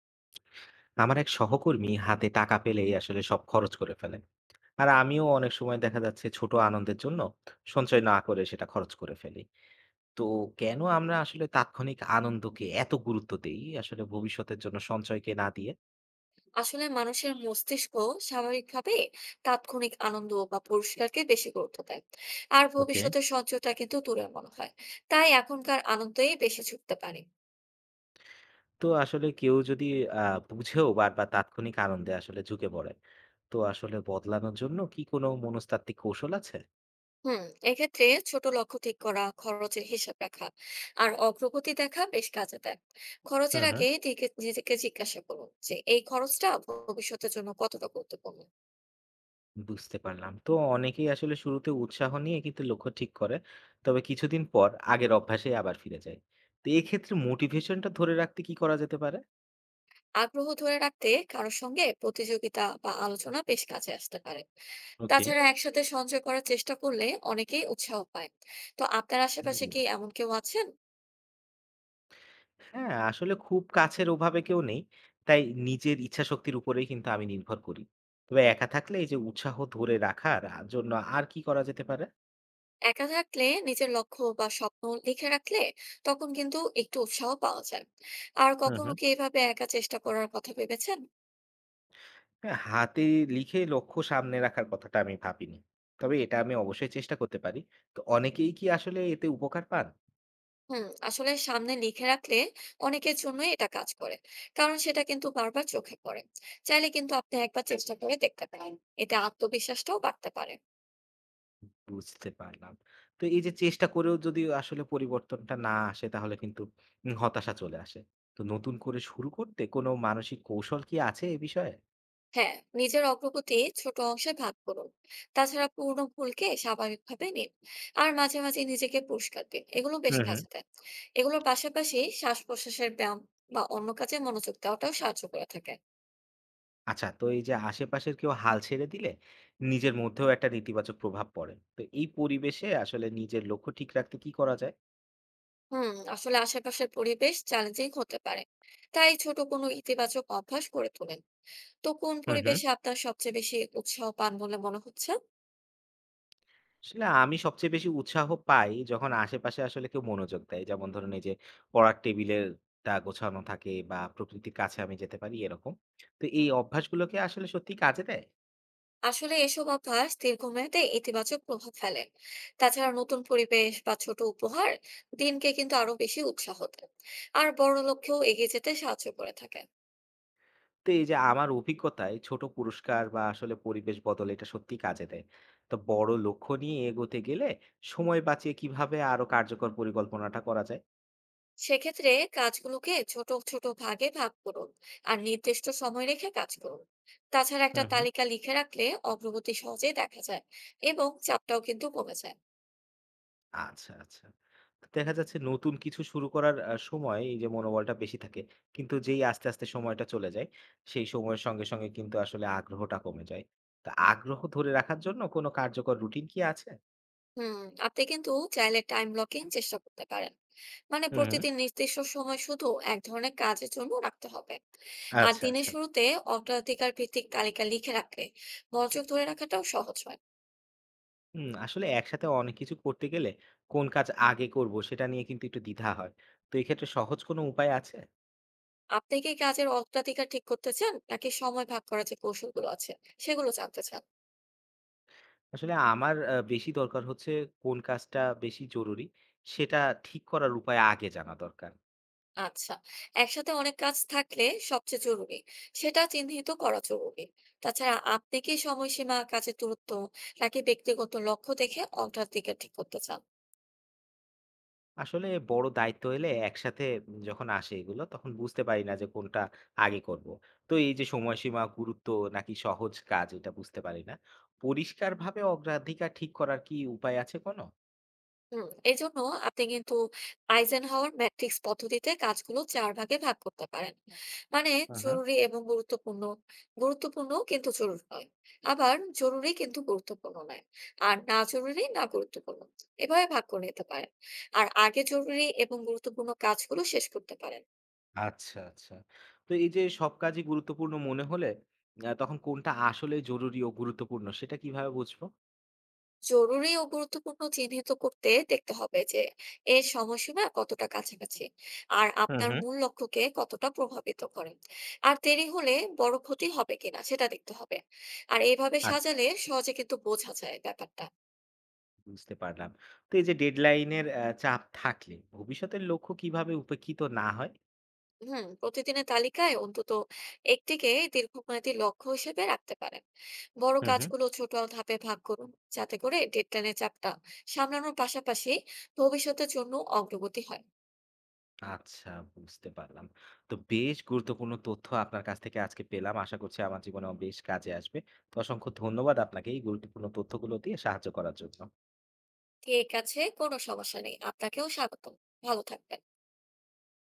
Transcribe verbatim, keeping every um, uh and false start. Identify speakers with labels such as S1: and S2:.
S1: আমার এক সহকর্মী হাতে টাকা পেলেই আসলে সব খরচ করে ফেলেন। আর আমিও অনেক সময় দেখা যাচ্ছে ছোট আনন্দের জন্য সঞ্চয় না করে সেটা খরচ করে ফেলি। তো কেন আমরা আসলে তাৎক্ষণিক আনন্দকে এত গুরুত্ব দেই আসলে ভবিষ্যতের জন্য সঞ্চয়কে না দিয়ে?
S2: আসলে মানুষের মস্তিষ্ক স্বাভাবিকভাবে তাৎক্ষণিক আনন্দ বা পুরস্কারকে বেশি গুরুত্ব দেয়। আর
S1: ওকে।
S2: ভবিষ্যতের সঞ্চয়টা কিন্তু দূরের মনে হয়, তাই এখনকার আনন্দেই বেশি ঝুঁকতে পারে।
S1: তো আসলে কেউ যদি আহ বুঝেও বারবার তাৎক্ষণিক আনন্দে আসলে ঝুঁকে পড়ে, তো আসলে বদলানোর জন্য কি কোনো মনস্তাত্ত্বিক কৌশল আছে?
S2: হুম, এক্ষেত্রে ছোট লক্ষ্য ঠিক করা, খরচের হিসাব রাখা আর অগ্রগতি দেখা বেশ কাজে দেয়। খরচের
S1: হুম, হুম।
S2: আগে নিজেকে নিজেকে জিজ্ঞাসা করুন যে এই খরচটা ভবিষ্যতের জন্য কতটা গুরুত্বপূর্ণ।
S1: বুঝতে পারলাম। তো অনেকেই আসলে শুরুতে উৎসাহ নিয়ে কিন্তু লক্ষ্য ঠিক করে। তবে কিছুদিন পর আগের অভ্যাসে আবার ফিরে যায়। তো এক্ষেত্রে মোটিভেশনটা ধরে রাখতে কি করা যেতে পারে?
S2: আগ্রহ ধরে রাখতে কারোর সঙ্গে প্রতিযোগিতা বা আলোচনা বেশ কাজে আসতে পারে।
S1: ওকে।
S2: তাছাড়া একসাথে সঞ্চয় করার চেষ্টা করলে অনেকেই উৎসাহ পায়। তো আপনার আশেপাশে
S1: হুম।
S2: কি এমন কেউ আছেন?
S1: হ্যাঁ, আসলে খুব কাছের ওভাবে কেউ নেই। তাই নিজের ইচ্ছাশক্তির উপরেই কিন্তু আমি নির্ভর করি। তবে একা থাকলে এই যে উৎসাহ ধরে রাখার আ জন্য আর কি করা যেতে পারে?
S2: একা থাকলে নিজের লক্ষ্য বা স্বপ্ন লিখে রাখলে তখন কিন্তু একটু উৎসাহ পাওয়া যায়। আর
S1: হুম,
S2: কখনো
S1: হুম।
S2: কি এভাবে একা চেষ্টা করার কথা ভেবেছেন?
S1: হ্যাঁ, হাতে লিখে লক্ষ্য সামনে রাখার কথাটা আমি ভাবিনি। তবে এটা আমি অবশ্যই চেষ্টা করতে পারি। তো অনেকেই কি আসলে এতে উপকার পান?
S2: হুম, আসলে সামনে লিখে রাখলে অনেকের জন্যই এটা কাজ করে, কারণ সেটা কিন্তু বারবার চোখে পড়ে। চাইলে কিন্তু আপনি একবার চেষ্টা করে দেখতে পারেন, এতে আত্মবিশ্বাসটাও বাড়তে পারে।
S1: বুঝতে পারলাম। তো এই যে চেষ্টা করেও যদি আসলে পরিবর্তনটা না আসে তাহলে কিন্তু উম হতাশা চলে আসে। তো নতুন করে শুরু করতে কোনো মানসিক কৌশল কি আছে এ বিষয়ে?
S2: হ্যাঁ, নিজের অগ্রগতি ছোট অংশে ভাগ করুন, তাছাড়া পুরনো ভুলকে স্বাভাবিকভাবে নিন, আর মাঝে মাঝে নিজেকে পুরস্কার দিন, এগুলো বেশ
S1: হুম, হুম।
S2: কাজে দেয়। এগুলোর পাশাপাশি শ্বাস প্রশ্বাসের ব্যায়াম বা অন্য কাজে মনোযোগ দেওয়াটাও সাহায্য করে থাকে।
S1: আচ্ছা, তো এই যে আশেপাশের কেউ হাল ছেড়ে দিলে নিজের মধ্যেও একটা নেতিবাচক প্রভাব পড়ে। তো এই পরিবেশে আসলে নিজের লক্ষ্য ঠিক রাখতে কি করা যায়?
S2: হুম, আসলে আশেপাশের পরিবেশ চ্যালেঞ্জিং হতে পারে, তাই ছোট কোনো ইতিবাচক অভ্যাস করে তুলেন। তো কোন
S1: হুম, হুম।
S2: পরিবেশে আপনার সবচেয়ে বেশি উৎসাহ পান বলে মনে হচ্ছে?
S1: আসলে আমি সবচেয়ে বেশি উৎসাহ পাই যখন আশেপাশে আসলে কেউ মনোযোগ দেয়। যেমন ধরুন এই যে পড়ার টেবিলেরটা গোছানো থাকে বা প্রকৃতির কাছে আমি যেতে পারি এরকম। তো এই অভ্যাসগুলোকে আসলে সত্যিই কাজে দেয়।
S2: আসলে এসব অভ্যাস দীর্ঘমেয়াদে ইতিবাচক প্রভাব ফেলে। তাছাড়া নতুন পরিবেশ বা ছোট উপহার দিনকে কিন্তু আরো বেশি উৎসাহ দেয় আর বড় লক্ষ্যেও এগিয়ে যেতে সাহায্য করে থাকে।
S1: তো এই যে আমার অভিজ্ঞতায় ছোট পুরস্কার বা আসলে পরিবেশ বদল এটা সত্যিই কাজে দেয়। তো বড় লক্ষ্য নিয়ে এগোতে গেলে সময় বাঁচিয়ে কিভাবে আরো কার্যকর পরিকল্পনাটা করা যায়?
S2: সেক্ষেত্রে কাজগুলোকে ছোট ছোট ভাগে ভাগ করুন আর নির্দিষ্ট সময় রেখে কাজ করুন। তাছাড়া
S1: হুম,
S2: একটা
S1: হুম।
S2: তালিকা লিখে রাখলে অগ্রগতি সহজেই দেখা যায় এবং চাপটাও কিন্তু কমে যায়।
S1: আচ্ছা, আচ্ছা। তো দেখা যাচ্ছে নতুন কিছু শুরু করার আ সময় এই যে মনোবলটা বেশি থাকে। কিন্তু যেই আস্তে, আস্তে সময়টা চলে যায়, সেই সময়ের সঙ্গে, সঙ্গে কিন্তু আসলে আগ্রহটা কমে যায়। তা আগ্রহ ধরে রাখার জন্য কোনো কার্যকর রুটিন কি আছে?
S2: হুম, আপনি কিন্তু চাইলে টাইম ব্লকিং চেষ্টা করতে পারেন, মানে
S1: হুম, হুম।
S2: প্রতিদিন নির্দিষ্ট সময় শুধু এক ধরনের কাজের জন্য রাখতে হবে। আর
S1: আচ্ছা,
S2: দিনের
S1: আচ্ছা।
S2: শুরুতে অগ্রাধিকার ভিত্তিক তালিকা লিখে রাখলে মনোযোগ ধরে রাখাটাও সহজ হয়।
S1: হুম, আসলে একসাথে অনেক কিছু করতে গেলে কোন কাজ আগে করব সেটা নিয়ে কিন্তু একটু দ্বিধা হয়। তো এক্ষেত্রে সহজ কোনো উপায় আছে?
S2: আপনি কি কাজের অগ্রাধিকার ঠিক করতে চান, নাকি সময় ভাগ করার যে কৌশলগুলো আছে সেগুলো জানতে চান?
S1: আসলে আমার আ বেশি দরকার হচ্ছে কোন কাজটা বেশি জরুরি সেটা ঠিক করার উপায় আগে জানা দরকার।
S2: আচ্ছা, একসাথে অনেক কাজ থাকলে সবচেয়ে জরুরি সেটা চিহ্নিত করা জরুরি। তাছাড়া আপনি কি সময়সীমা, কাজের দূরত্ব নাকি ব্যক্তিগত লক্ষ্য দেখে অগ্রাধিকার ঠিক করতে চান?
S1: আসলে বড় দায়িত্ব এলে একসাথে যখন আসে এগুলো তখন বুঝতে পারি না যে কোনটা আগে করব। তো এই যে সময়সীমা গুরুত্ব নাকি সহজ কাজ এটা বুঝতে পারি না। পরিষ্কারভাবে অগ্রাধিকার ঠিক করার কি উপায় আছে কোনো?
S2: হুম, এজন্য আপনি কিন্তু আইজেনহাওয়ার ম্যাট্রিক্স পদ্ধতিতে কাজগুলো চার ভাগে ভাগ করতে পারেন। মানে,
S1: হুম, হুম।
S2: জরুরি এবং গুরুত্বপূর্ণ, গুরুত্বপূর্ণ কিন্তু জরুরি নয়, আবার জরুরি কিন্তু গুরুত্বপূর্ণ নয়, আর না জরুরি না গুরুত্বপূর্ণ, এভাবে ভাগ করে নিতে পারেন। আর আগে জরুরি এবং গুরুত্বপূর্ণ কাজগুলো শেষ করতে পারেন।
S1: আচ্ছা, আচ্ছা। তো এই যে সব কাজই গুরুত্বপূর্ণ মনে হলে আ তখন কোনটা আসলে জরুরি ও গুরুত্বপূর্ণ সেটা কিভাবে বুঝবো?
S2: জরুরি ও গুরুত্বপূর্ণ চিহ্নিত করতে দেখতে হবে যে এর সময়সীমা কতটা কাছাকাছি আর
S1: হুম,
S2: আপনার
S1: হুম।
S2: মূল লক্ষ্যকে কতটা প্রভাবিত করে। আর দেরি হলে বড় ক্ষতি হবে কিনা সেটা দেখতে হবে। আর এইভাবে
S1: আচ্ছা,
S2: সাজালে সহজে কিন্তু বোঝা যায় ব্যাপারটা।
S1: বুঝতে পারলাম। তো এই যে ডেডলাইনের আ চাপ থাকলে ভবিষ্যতের লক্ষ্য কিভাবে উপেক্ষিত না হয়?
S2: হুম, প্রতিদিনের তালিকায় অন্তত একটিকে দীর্ঘমেয়াদী লক্ষ্য হিসেবে রাখতে পারেন। বড়
S1: হুম, হুম।
S2: কাজগুলো ছোট ধাপে ভাগ করুন, যাতে করে ডেডলাইনের চাপটা সামলানোর পাশাপাশি ভবিষ্যতের জন্য অগ্রগতি হয়।
S1: আচ্ছা, বুঝতে পারলাম। তো বেশ গুরুত্বপূর্ণ তথ্য আপনার কাছ থেকে আজকে পেলাম। আশা করছি আমার জীবনেও বেশ কাজে আসবে। তো অসংখ্য ধন্যবাদ আপনাকে এই গুরুত্বপূর্ণ তথ্যগুলো দিয়ে সাহায্য করার জন্য।
S2: ঠিক আছে, কোনো সমস্যা নেই, আপনাকেও স্বাগতম। ভালো থাকবেন।